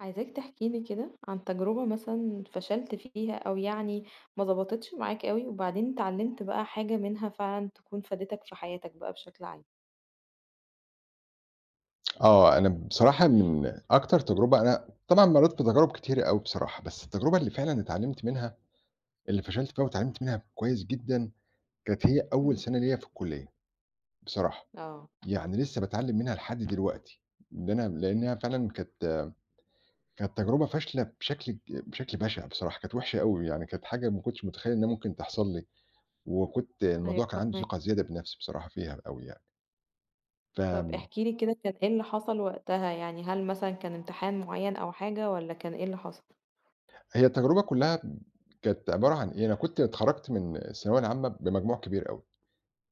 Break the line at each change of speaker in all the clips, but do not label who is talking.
عايزاك تحكي لي كده عن تجربة مثلًا فشلت فيها أو ما ضبطتش معاك أوي، وبعدين اتعلمت بقى حاجة منها فعلًا تكون فادتك في حياتك بقى بشكل عام.
آه، أنا بصراحة من أكتر تجربة أنا طبعًا مرّيت بتجارب كتيرة أوي بصراحة، بس التجربة اللي فعلًا اتعلمت منها، اللي فشلت فيها واتعلمت منها كويس جدًا، كانت هي أول
إمم.
سَنة ليّا في الكُلّية بصراحة،
آه،
يعني لسه باتعلم منها لحد دلوقتي، إن أنا لإنها فعلًا كانت تجربة فاشلة بشكل بشع بصراحة، كانت وحشة أوي، يعني كانت حاجة ما كنتش متخيّل إنها ممكن تحصل لي، وكنت الموضوع
أيوه
كان عندي
فاهماك.
ثقة زيادة بنَفْسي بصراحة فيها أوي يعني،
طب
فآمم
احكِ لي كده كان إيه اللي حصل وقتها، يعني هل مثلًا كان امتحان معين أو حاجة والّا كان إيه اللي حصل؟
هي التجربة كلّها كانت عبارة عن إيه، أنا كنت اتخرّجت من الثانوية العامة بمجموع كبير أوي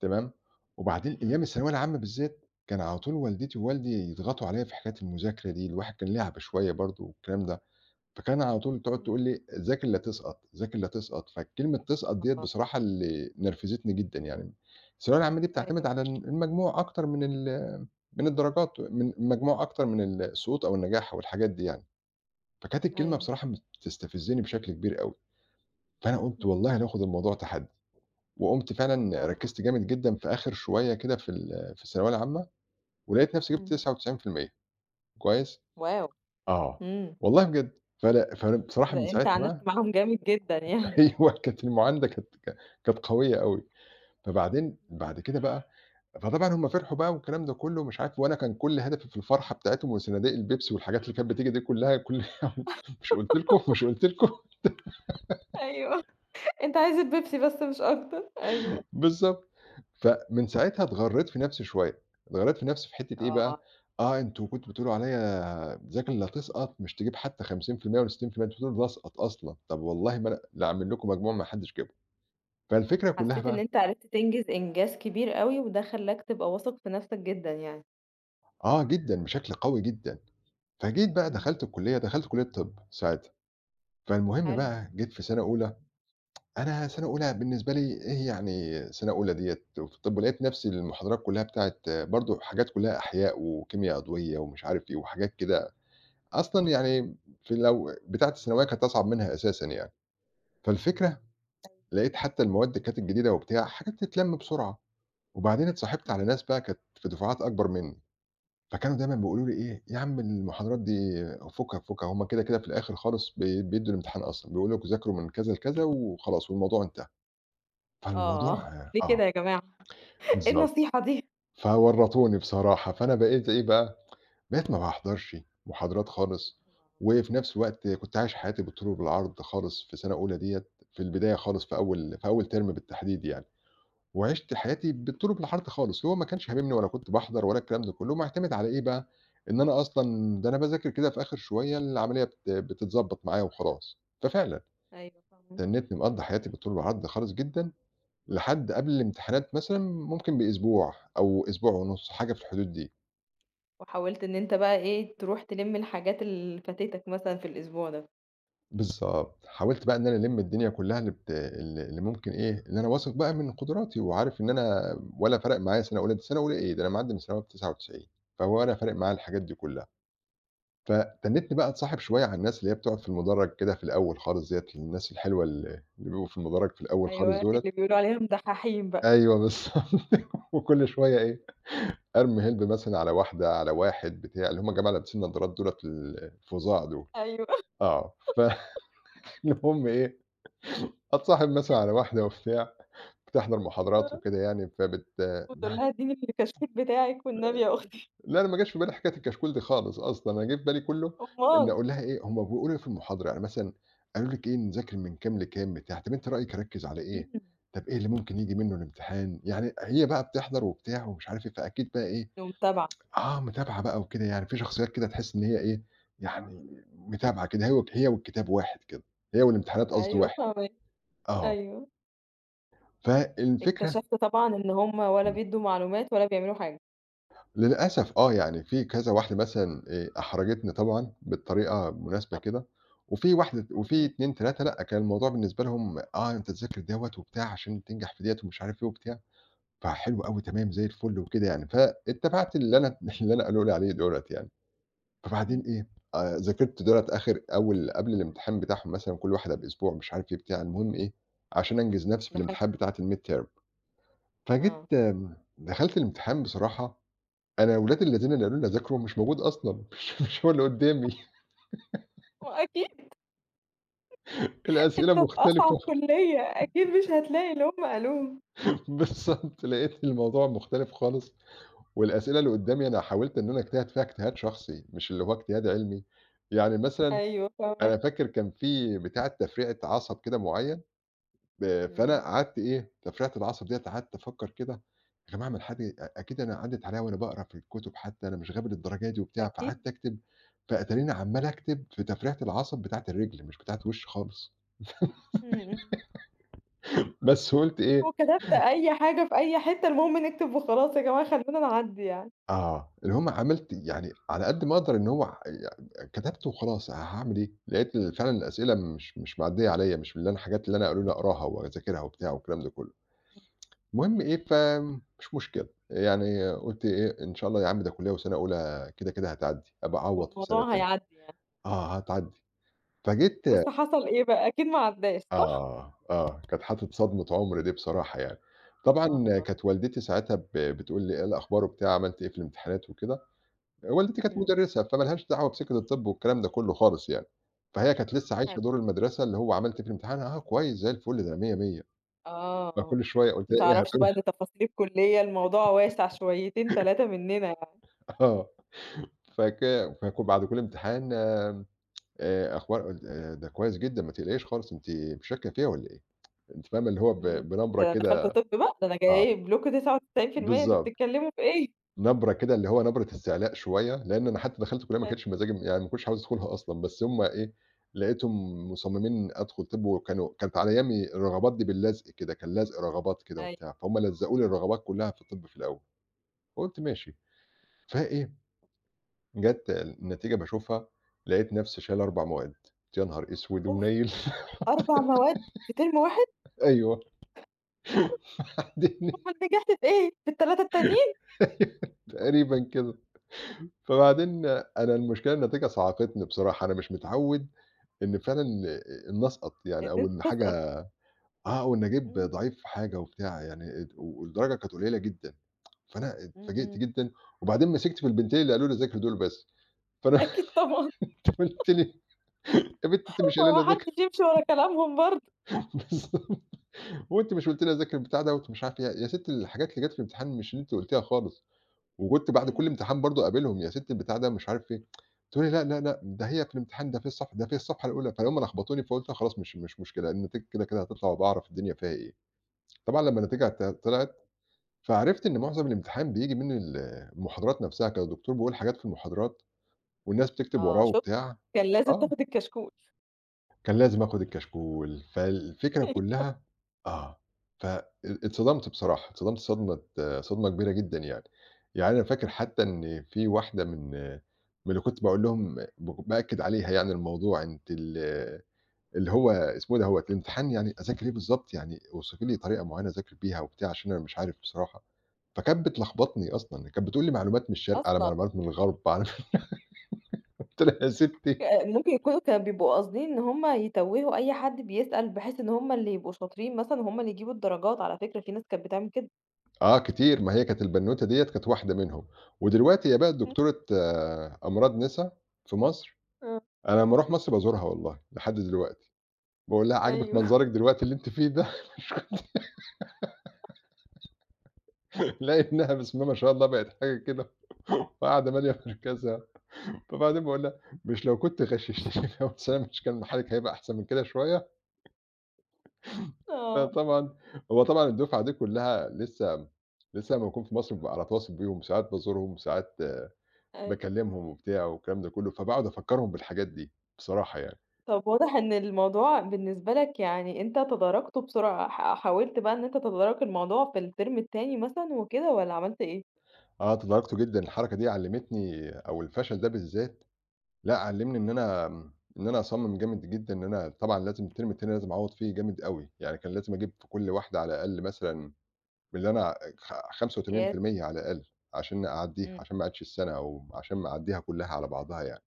تمام، وبعدين أيام الثانوية العامة بالذات كان على طول والدتي ووالدي يضغطوا عليّا في حكاية المذاكرة دي، الواحد كان لِعْب شوية برضه والكلام ده، فكان على طول تقعد
إمم.
تقول لي: "ذاكر لا تسقط، ذاكر لا تسقط." فكلمة تسقط ديّة
آه،
بصراحة اللي نرفزتني جدًا يعني، الثانوية العامة دي بتعتمد
أيوه
على
فاهماك،
المجموع أكتر من ال من الدرجات، من المجموع أكتر من السقوط أو النجاح أو الحاجات دي يعني، فكانت الكلمة
أيوه.
بصراحة بتستفزني بشكل كبير أوي. فأنا قُلت
إمم.
والله ناخد الموضوع تحدّي، وقُمت فعلًا
آه.
ركّزت جامد جدًا في آخر شوية كده في في الثانوية العامة، ولقيت نفسي جِبت
إمم.
99%، كويس؟
واو!
آه،
إمم،
والله بجد. فأنا بصراحة من
ده أنت
ساعتها
عاندت
بقى.
معاهم جامد جدًا يعني.
أيوه كانت المعانده كانت قوية أوي، فبعدين
إمم.
بعد كده بقى فطبعًا هُم فرحوا بقى والكلام ده كلّه ومش عارف، وأنا كان كل هدفي في الفرحة بتاعتهم وصناديق البيبسي والحاجات اللي كانت بتيجي دي كلّها، كل مش قُلت لكم، مش قُلت لكم؟
أيوه، أنت عايز البيبسي بس مش أكتر، أيوه.
بالضبط. فمن ساعتها اتغرّيت في نَفْسي شوية، اتغرّيت في نَفْسي في حتّة إيه بقى،
آه.
آه أنتم كنتم بتقولوا عليّا ذاكر اللي هتسقط، مش تجيب حتى 50% والّا 60%، أنتم بتقولوا باسقط أصلًا، طَب والله ما أنا لا أعمل لكم مجموع ما حدّش جابه. فالفكرة كُلّها
حسيت إن
بقى
أنت عرفت تنجز إنجاز كبير أوي، وده خلّاك تبقى واثق في نفسك جدًا يعني.
آه جدًا، بشكل قوي جدًا. فجيت بقى
إمم،
دخلت الكُلّية، دخلت كُلّية طِب ساعتها، فالمهم
حلو.
بقى جيت في سَنة أولى، أنا سنة أولى بالنسبة لي إيه يعني، سنة أولى ديّة وفي طِب ولقيت نَفْسي المحاضرات كُلّها بتاعة برضه حاجات كُلّها أحياء وكيميا عضوية ومش عارف إيه وحاجات كده، أصلًا يعني في لو بتاعة الثانوية كانت أصعب منها أساسًا يعني. فالفكرة لقيت حتّى المواد كانت الجديدة وبتاع، حاجات تتلَم بسرعة. وبعدين اتصاحبت على
إمم.
ناس بقى كانت في دفعات أكبر منّي، فكانوا دايمًا بيقولوا لي إيه: "يا عم المحاضرات دي فُكها، فُكها هم كده، كده في الآخر خالص بيدّوا الامتحان أصلًا، بيقولوا لكم ذاكروا من كذا لكذا وخلاص والموضوع انتهى." فالموضوع
آه، ليه
آه.
كده يا جماعة؟ إيه
بالضبط،
النصيحة دي؟
فورّطوني بصراحة، فأنا بقيت إيه بقى، بقيت ما باحضرش محاضرات خالص، وفي نفس الوقت كنت عايش حياتي بالطول وبالعرض خالص في سنة أولى ديّة، في البداية خالص في أول ترم بالتحديد يعني، وعِشت حياتي بالطول وبالعرض خالص، اللي هو ما كانش هاممني ولا كنت باحضر ولا الكلام ده كلّه، معتمد على إيه بقى، إن أنا أصلًا ده أنا باذاكر كده في آخر شوية العملية بتتضبّط معايا وخلاص، ففعلًا
أيوه فاهماك.
تنّتني مقضّي حياتي بالطول وبالعرض خالص جدًا لحد قبل الامتحانات مثلًا ممكن بأسبوع أو أسبوع ونُص، حاجة في الحدود دي.
وحاولت إن أنت بقى إيه، تروح تلِم الحاجات اللي فاتتك مثلًا في الأسبوع ده.
بالضبط. حاولت بقى إن أنا ألِم الدنيا كلّها اللي بت ال اللي ممكن إيه، اللي أنا واثق بقى من قدراتي وعارف إن أنا ولا فارق معايا سَنة أولى، دي سَنة أولى إيه، ده أنا معدّي من الثانوية ب99، فولا فارق معايا الحاجات دي كلّها. فتنّيتني بقى أتصاحب شوية على الناس اللي هي بتقعد في المدرج كده في الأول خالص ديّة، الناس الحلوة اللي بيبقوا في المدرج في الأول خالص
أيوه،
دُولة.
اللي بيقولوا عليهم دحّاحين بقى.
أيوه بالضبط. وكل شوية إيه، أرمي هيلب مثلًا على واحدة، على واحد، بتاع اللي هُم الجماعة اللي لابسين نضارات دُولة الفُظاع دول،
أيوه،
آه، فالمهم إيه، أتصاحب مثلًا على واحدة وبتاع، بتحضر محاضرات
آه،
وكده يعني،
وتقول
معاك.
لها ادّيني الكشكول بتاعِك والنبي يا أختي.
لا أنا ما جاش في بالي حكاية الكشكول دي خالص أصلًا، أنا جه في بالي كُلّه إني
أُمّال!
أقول لها إيه، هُم بيقولوا إيه في المحاضرة، يعني مثلًا قالوا لِك إيه نذاكر من كام لكام بتاع، طب أنتِ رأيِك أركّز على إيه،
إمم،
طب إيه اللي ممكن ييجي منه الامتحان، يعني هي بقى بتحضر وبتاع ومش عارف إيه، فأكيد بقى إيه،
ومتابعة.
آه، متابعة بقى وكده يعني، في شخصيات كده تحس إن هي إيه، يعني متابعة كده، هي والكتاب واحد كده، هي والامتحانات قصدي
أيوه
واحد،
فاهماك،
آه،
أيوه.
فالفكرة
اكتشفت طبعًا إن هُم ولا
إمم،
بيدّوا معلومات ولا بيعملوا حاجة.
للأسف آه، يعني في كذا واحدة مثلًا أحرجتني طبعًا بالطريقة المناسبة
آه،
كده، وفي واحدة وفي
إمم،
2، 3 لأ، كان الموضوع بالنسبة لهم آه، أنت تذاكر دوّة وبتاع عشان تنجح في ديّة ومش عارف إيه وبتاع، فحلو أوي تمام زي الفل وكده يعني، فاتبعت اللي أنا اللي أنا قالوا لي عليه دُولَة يعني. فبعدين
إمم.
إيه، ذاكرت دولة آخر أول قبل الامتحان بتاعهم مثلًا كل واحدة بأسبوع مش عارف إيه بتاع، المهم إيه، عشان أنجز نفسي في
دخلت
الامتحانات
منها،
بتاعة الmidterm. فجيت
آه.
دخلت الامتحان بصراحة. أنا ولاد الذين اللي قالوا لي أذاكره مش موجود أصلًا، مش هو اللي قدّامي.
وأكيد
الأسئلة
أنت في أصعب
مختلفة.
كلية، أكيد مش هتلاقي اللي هم قالوه.
بالضبط، لقيت الموضوع مختلف خالص، والأسئلة اللي قدّامي أنا حاولت إن أنا أجتهد فيها اجتهاد شخصي، مش اللي هو اجتهاد علمي، يعني مثلًا
أيوه فاهماكِ،
أنا فاكر كان في بتاعة تفريعة عصب كده معين
إمم.
فأنا قعدت إيه، تفرقة العصب ديّة قعدت أفكّر كده، يا جماعة ما الحاجة أكيد أنا عدِّت عليَّ وأنا باقرا في الكتب حتى، أنا مش غبي للدرجة دي وبتاع،
أكيد.
فقعدت أكتب، فأتاريني عمّال أكتب في تفرقة العصب بتاعة الرِجل مش بتاعة الوِش خالص،
إمم، إمم.
بس قُلت إيه
وكتبت أي حاجة في أي حتة، المهم نكتب وخلاص يا جماعة خلّونا نعدّي يعني.
آه، اللي هم عملت يعني على قد ما أقدر إن هو ع ي كتبت وخلاص هاعمل إيه، لقيت ال فعلًا الأسئلة مش معديّة عليَّ، مش من اللي أنا الحاجات اللي أنا قالوا لي أقراها وأذاكرها وبتاع والكلام ده كلّه. المهم إيه، فمش مشكلة، يعني قُلت إيه، إن شاء الله يا عم ده كُلّية وسَنة أولى كده، كده هتعدّي، أبقى أعوّض في سَنة
والموضوع
تانية.
هيعدّي يعني.
آه، هتعدّي. فجيت
بس حصل إيه بقى، أكيد ما عدّاش، صح؟
كانت حاطط صدمة عُمر دي بصراحة يعني. طبعًا
آه،
كانت والدتي ساعتها بتقول لي: "إيه الأخبار وبتاع، عملت إيه في الامتحانات وكده؟" والدتي كانت
إمم،
مُدرِّسة، فما لهاش دعوة بسِكَك الطِب والكلام ده كُلّه خالص يعني. فهي كانت لسّه عايشة
حلو،
دور المدرسة اللي هو عملت إيه في الامتحان، "آه، كويس زي الفُل، ده مِيّة، مِيّة."
آه،
فكل شوية قُلت
ما
لها إيه،
تعرفش
هتقول لي
بقى إن تفاصيل الكلية الموضوع واسع شويتين 3 مننا يعني.
آه، فك فك بعد كل امتحان أخبار ال ده كويس جدًا، ما تقلقيش خالص، أنتِ مش شاكة فيها والّا إيه؟ أنتِ فاهمة اللي هو
إمم.
بنبرة
ده أنا دخلت
كده
طِب بقى، ده أنا
آه،
جايب لكم 99% أنتم
بالضبط،
بتتكلموا في إيه؟
نبرة كده اللي هو نبرة استعلاء شوية، لإن أنا حتى دخلت كلية ما كانش مزاجي يعني ما كنتش عاوز أدخلها أصلًا، بس هُم إيه، لقيتهم مصممين أدخل طِب وكانوا كانت على أيامي الرغبات دي باللزق كده، كان لزق رغبات كده وبتاع،
أيوه.
فهُم لزقوا لي الرغبات كلها في الطِب في الأول، فقُلت ماشي، فإيه، جات النتيجة باشوفها، لقيت نفسي شايل 4 مواد، قُلت يا نهار أسود
أوف!
ونيل!
4 مواد في ترم واحد!
أيوه.
أمّال نجحت في إيه؟ في ال3 التانيين؟
أيوه تقريبًا كده. فبعدين أنا المشكلة النتيجة صعقتني بصراحة، أنا مش متعوّد إن فعلًا إن أسقط يعني
إن
أو
أنت
إن
تسقط.
حاجة آه، وإن أجيب
إمم.
ضعيف في حاجة وبتاع يعني ات والدرجة كانت قليلة جدًا، فأنا
إمم،
اتفاجئت
إمم.
جدًا وبعدين مسكت في البنتين اللي قالوا لي أذاكر دول بس، فأنا
أكيد طبعًا،
قُلت لي يا بنتي أنتِ مش
ما
قايلة
هو
لي
ما
أذاكر.
حدش يمشي ورا كلامهم برضه.
بالضبط، وأنتِ مش قُلتِ لي أذاكر البتاع دوّة ومش عارف إيه، يا ستّي الحاجات اللي جات في الامتحان مش اللي أنتِ قُلتيها خالص. وكنت بعد
إمم،
كل
إمم.
امتحان برضه أقابلهم، "يا ستّي البتاع ده مش عارف إيه." تقول لي: "لأ، لأ، لأ، ده هي في الامتحان ده في الصفحة ده في الصفحة الأولى." فهُم لخبطوني فقُلت خلاص مش مشكلة، النتيجة كده، كده هتطلع وباعرف الدنيا فيها إيه. طبعًا لمّا النتيجة طلعت، فعرفت إن معظم الامتحان بييجي من المحاضرات نفسها، كان الدكتور بيقول حاجات في المحاضرات والناس بتكتب وراه
آه، شُفت،
وبتاع.
كان لازم
آه.
تاخد الكشكول.
كان لازم آخُد الكشكول، فالفكرة كُلّها آه. ف أ اتصدمت بصراحة، اتصدمت صدمة كبيرة جدًا يعني. يعني أنا فاكر
إمم.
حتّى إن في واحدة من اللي كنت باقول لهم بأكّد عليها يعني الموضوع، أنتِ اللي هو اسمه إيه دوّة، الامتحان يعني أذاكر إيه بالضبط، يعني اوصفي لي طريقة معيّنة أذاكر بيها وبتاع عشان أنا مش عارف بصراحة. فكانت بتلخبطني أصلًا، كانت بتقول لي معلومات من الشرق على
أصلًا،
معلومات من الغرب على قُلت لها يا سِتّي
ممكن يكونوا كانوا بيبقوا قاصدين إن هُم يتوّهوا أي حد بيسأل بحيث إن هُم اللي يبقوا شاطرين مثلًا، هُم اللي يجيبوا الدرجات، على فكرة في ناس كانت بتعمل كده.
آه كتير، ما هي كانت البنوتة ديّة كانت واحدة منهم، ودلوقتي هي بقت
إمم.
دكتورة آه، أمراض نِسا في مصر،
آه.
أنا لمّا أروح مصر بازورها والله لحد دلوقتي، باقول لها: "عاجبِك
أيوه،
منظرِك دلوقتي اللي أنتِ فيه ده؟" ألاقي إنها بسم الله ما شاء الله بقت حاجة كده وقاعدة مالية مركزها، فبعدين باقول لها: "مش لو كنت غششتيني لو سامح كان حالِك هيبقى أحسن من كده شوية؟"
آه،
فطبعًا هو طبعًا الدفعة دي كلها لسه لمّا باكون في مصر بابقى على تواصل بيهم، ساعات بازورهم، ساعات
أيوه.
باكلّمهم وبتاع والكلام ده كلّه، فباقعد أفكّرهم بالحاجات دي بصراحة يعني.
طب واضح إن الموضوع بالنسبة لك يعني أنت تداركته بسرعة، حاولت بقى إن أنت تتدارك الموضوع في الترم التاني مثلًا وكده والّا عملت إيه؟
أنا تداركته جدًا الحركة دي علّمتني أو الفشل ده بالذات، لأ علّمني إن أنا إن أنا أصمّم جامد جدًا إن أنا طبعًا لازم الترم التاني لازم أعوّض فيه جامد أوي، يعني كان لازم أجيب في كل واحدة على الأقل مثلًا من اللي أنا
امتياز،
85% على الأقل عشان أعدّيها، عشان ما
إمم،
أعيدش السَنة أو عشان ما أعدّيها كلّها على
أيوه
بعضها
فاهماكِ.
يعني.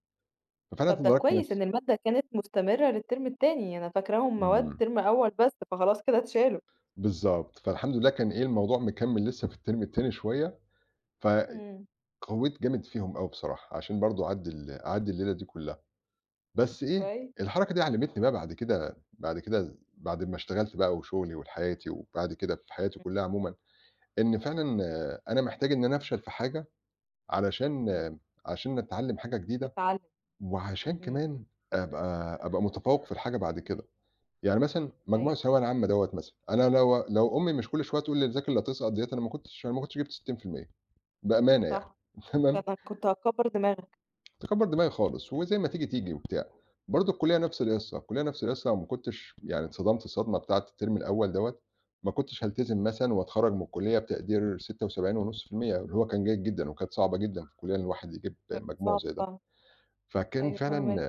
ففعلًا
طب ده
تداركت
كويس
نفسي.
إن المادة كانت مستمرة للترم التاني، أنا فاكراهم مواد
إمم،
ترم أول بس، فخلاص كده اتشالوا.
بالضبط، فالحمد لله كان إيه الموضوع مكمّل لسه في الترم التاني شوية، ف
إمم،
قوّيت جامد فيهم أوي بصراحة، عشان برضه أعدّي الليلة دي كلّها، بس إيه،
كويس،
الحركة دي علّمتني بقى بعد كده بعد كده بعد ما اشتغلت بقى وشغلي ولحياتي وبعد كده في حياتي
إمم.
كلّها عمومًا، إن فعلًا أنا محتاج إن أنا أفشل في حاجة علشان
إمم،
علشان أتعلّم حاجة جديدة،
تتعلم،
وعشان
إمم،
كمان أبقى متفوّق في الحاجة بعد كده، يعني مثلًا مجموع
أيوه
الثانوية العامة دوّة مثلًا، أنا لو أمي مش كل شوية تقول لي ذاكر لا تسقط ديّة أنا ما كنتش جِبت 60% بأمانة يعني
صح،
تمام،
فأنا كنت هتكبر دماغك،
تكبّر دماغي خالص، وزي ما تيجي، تيجي وبتاع. برضه الكُلّية نفْس
إمم،
القِصّة، الكُلّية نفْس القِصّة وما كنتش يعني اتصدمت الصدمة بتاعة الترم الأول دوّة، ما كنتش هالتزم مثلًا وأتخرّج من الكُلّية بتقدير 76.5% اللي هو كان جيد جدًا، وكانت صعبة جدًا في الكُلّية إن الواحد يجيب
كان
مجموع
صعب
زي ده.
فعلًا،
فكان
أيوه
فعلًا
فاهماك.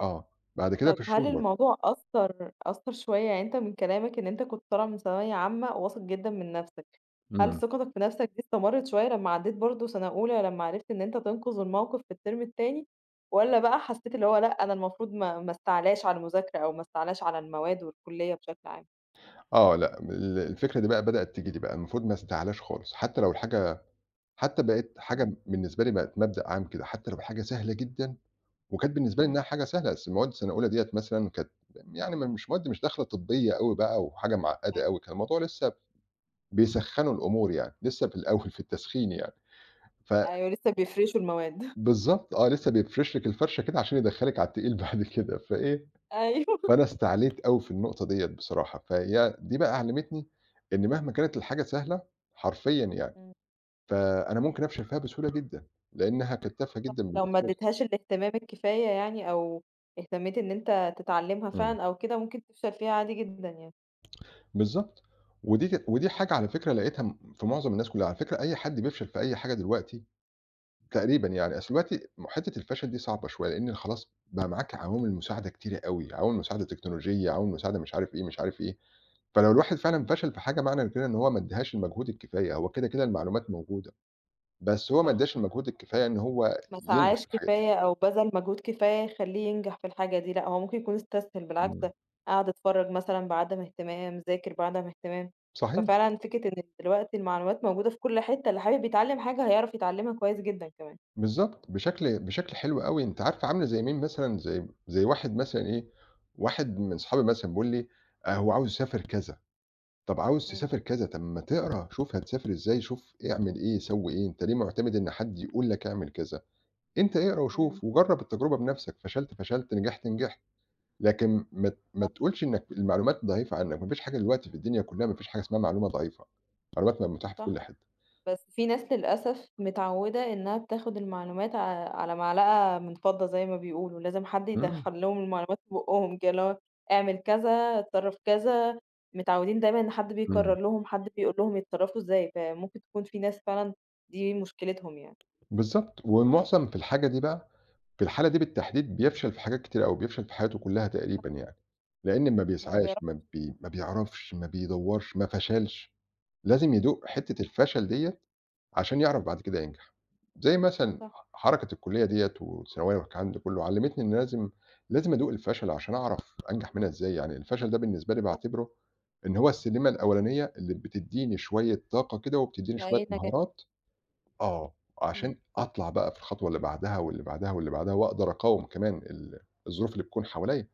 آه، بعد كده
طب
في
هل
الشغل برضه.
الموضوع أثّر شوية يعني أنت من كلامك إن أنت كنت طالع من ثانوية عامة واثق جدًا من نَفْسك، هل
إمم.
ثقتك في نَفْسك دي استمرّت شوية لمّا عدّيت برضه سَنة أولى لمّا عرفت إن أنت تنقذ الموقف في الترم التاني، والّا بقى حسّيت اللي هو لأ أنا المفروض ما استعلاش على المذاكرة أو ما استعلاش على المواد والكلية بشكل عام؟
آه، لأ، الفكرة دي بقى بدأت تيجي لي بقى، المفروض ما أستعلاش خالص، حتى لو الحاجة حتى بقت
إمم،
حاجة بالنسبة لي بقت مبدأ عام كده، حتى لو الحاجة سهلة جدًا وكانت بالنسبة لي إنها
إمم.
حاجة سهلة، أصل مواد سنة أولى ديّة مثلًا كانت يعني م مش مواد مش داخلة طبية أوي بقى وحاجة
أيوه،
معقدة أوي، كان الموضوع لسه بيسخّنوا الأمور يعني، لسه في الأول في التسخين يعني، ف
أيوه لسه بيفرشوا المواد
بالضبط آه، لسه بيفرش لِك الفرشة كده عشان يدخّلِك على التقيل بعد كده، فإيه،
أيوه
فأنا استعليت أوي في النقطة ديّة بصراحة، فهي دي بقى علّمتني إن مهما كانت الحاجة سهلة حرفيًا يعني،
إمم.
فأنا ممكن أفشل فيها بسهولة جدًا، لإنها كانت تافهة
صح،
جدًا
لو
بالنسبة
ما
لي.
اديتهاش الاهتمام الكفاية يعني أو اهتميت إن أنت تتعلمها
إمم.
فعلًا أو كده ممكن تفشل فيها عادي جدًا يعني.
بالضبط. ودي
إمم.
حاجة على فكرة لقيتها م في معظم الناس كلّها، على فكرة أي حد بيفشل في أي حاجة دلوقتي تقريبًا يعني، أصل دلوقتي حتّة الفشل دي صعبة شوية، لإن خلاص بقى معاك عوامل مساعدة كتيرة أوي، عوامل مساعدة تكنولوجية، عوامل مساعدة مش عارف إيه، مش عارف إيه، فلو الواحد فعلًا
إمم،
فشل في حاجة معنى كده إن هو ما ادّاهاش المجهود الكفاية، هو كده، كده المعلومات موجودة، بس هو ما
صح،
ادّاش المجهود الكفاية إن هو
ما
ينجح
سعاش
في الحاجة دي.
كفاية أو بذل مجهود كفاية يخلّيه ينجح في الحاجة دي، لأ هو ممكن يكون استسهل بالعكس
إمم،
ده قعد اتفرّج مثلًا بعدم اهتمام، ذاكر بعدم اهتمام،
صحيح.
ففعلًا فكرة إن دلوقتي المعلومات موجودة في كل حتة، اللي حابب يتعلّم حاجة هيعرف يتعلّمها كويس جدًا كمان.
بالضبط، بشكل حلو أوي، أنتِ عارفة عاملة زي مين مثلًا، زي واحد مثلًا إيه، واحد من صحابي مثلًا بيقول لي: "هو عاوز يسافر كذا." طَب عاوز
إمم.
تسافر كذا، طَب ما تقرا، شوف هتسافر إزاي، شوف اعمل إيه، سوّي إيه، أنت ليه معتمد إن حد يقول لك اعمل كذا؟ أنت اقرا
إمم،
وشوف وجرّب التجربة بنفسك، فشلت، فشلت، نجحت، نجحت، لكن ما
صح،
تقولش إنك المعلومات ضعيفة عنك، ما فيش حاجة دلوقتي في الدنيا كلّها ما فيش حاجة اسمها معلومة ضعيفة، المعلومات بقت متاحة في كل
صح.
حتّة.
بس في ناس للأسف متعودة إنها بتاخد المعلومات على معلقة من فضة زي ما بيقولوا، لازم حد
إمم،
يدخّل لهم المعلومات في بُقّهم كده، اللي هو اعمل كذا، اتصرّف كذا، متعودين دايمًا إن حد بيقرر
إمم،
لهم، حد بيقول لهم يتصرّفوا إزاي، فممكن تكون في ناس فعلًا دي مشكلتهم يعني،
بالضبط، والمُعظم في الحاجة دي بقى في الحالة دي بالتحديد بيفشل في حاجات كتيرة أوي، بيفشل في حياته كلّها تقريبًا يعني، لإن ما
ما
بيسعاش،
بيعرفش
ما بيعرفش، ما بيدوّرش، ما فشلش، لازم يدوق
إمم،
حتّة الفشل ديّة عشان يعرف بعد كده ينجح، زي مثلًا
صح،
حركة الكلية ديّة والثانوية والكلام ده كلّه علّمتني إن لازم أدوق الفشل عشان أعرف أنجح منها إزاي، يعني الفشل ده بالنسبة لي
صح،
باعتبره إن هو السلِّمة الأولانية اللي بتدّيني شوية طاقة كده وبتدّيني شوية
لأي نجاح،
مهارات آه،
إمم،
عشان أطلع بقى في الخطوة اللي بعدها واللي بعدها واللي بعدها، وأقدر أقاوم كمان الظروف اللي بتكون حواليّا،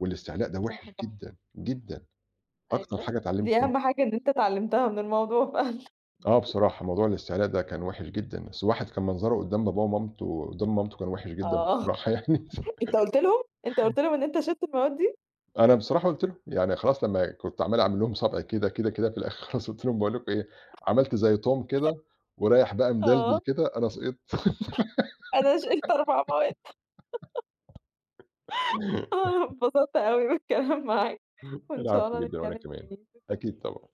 والاستعلاء ده
صح
وِحِش
فعلًا،
جدًا، جدًا، أكتر
أيوه،
حاجة
دي
اتعلمت منه
أهم حاجة إن أنت اتعلّمتها من الموضوع فعلًا،
آه بصراحة موضوع الاستعلاء ده كان وِحِش جدًا، بس الواحد كان منظره قدّام باباه ومامته قدّام مامته كان وِحِش جدًا
آه،
بصراحة يعني،
أنت قُلت لهم؟ أنت قُلت لهم إن أنت شِلت المواد دي؟
أنا بصراحة قُلت لهم يعني خلاص لمّا كنت عمّال أعمل لهم صَبْع كده، كده، كده في الآخر خلاص قُلت لهم باقول لكم إيه، عملت زي توم كده ورايح بقى مدلدل
آه.
كده أنا سقطت.
أنا شِلت 4 مواد أنا اتبسطت أوي بالكلام معاك، وإن شاء
العفو
الله
جدًا وأنا
نتكلم
كمان،
تاني، شكرًا
أكيد
ليك.
طبعًا.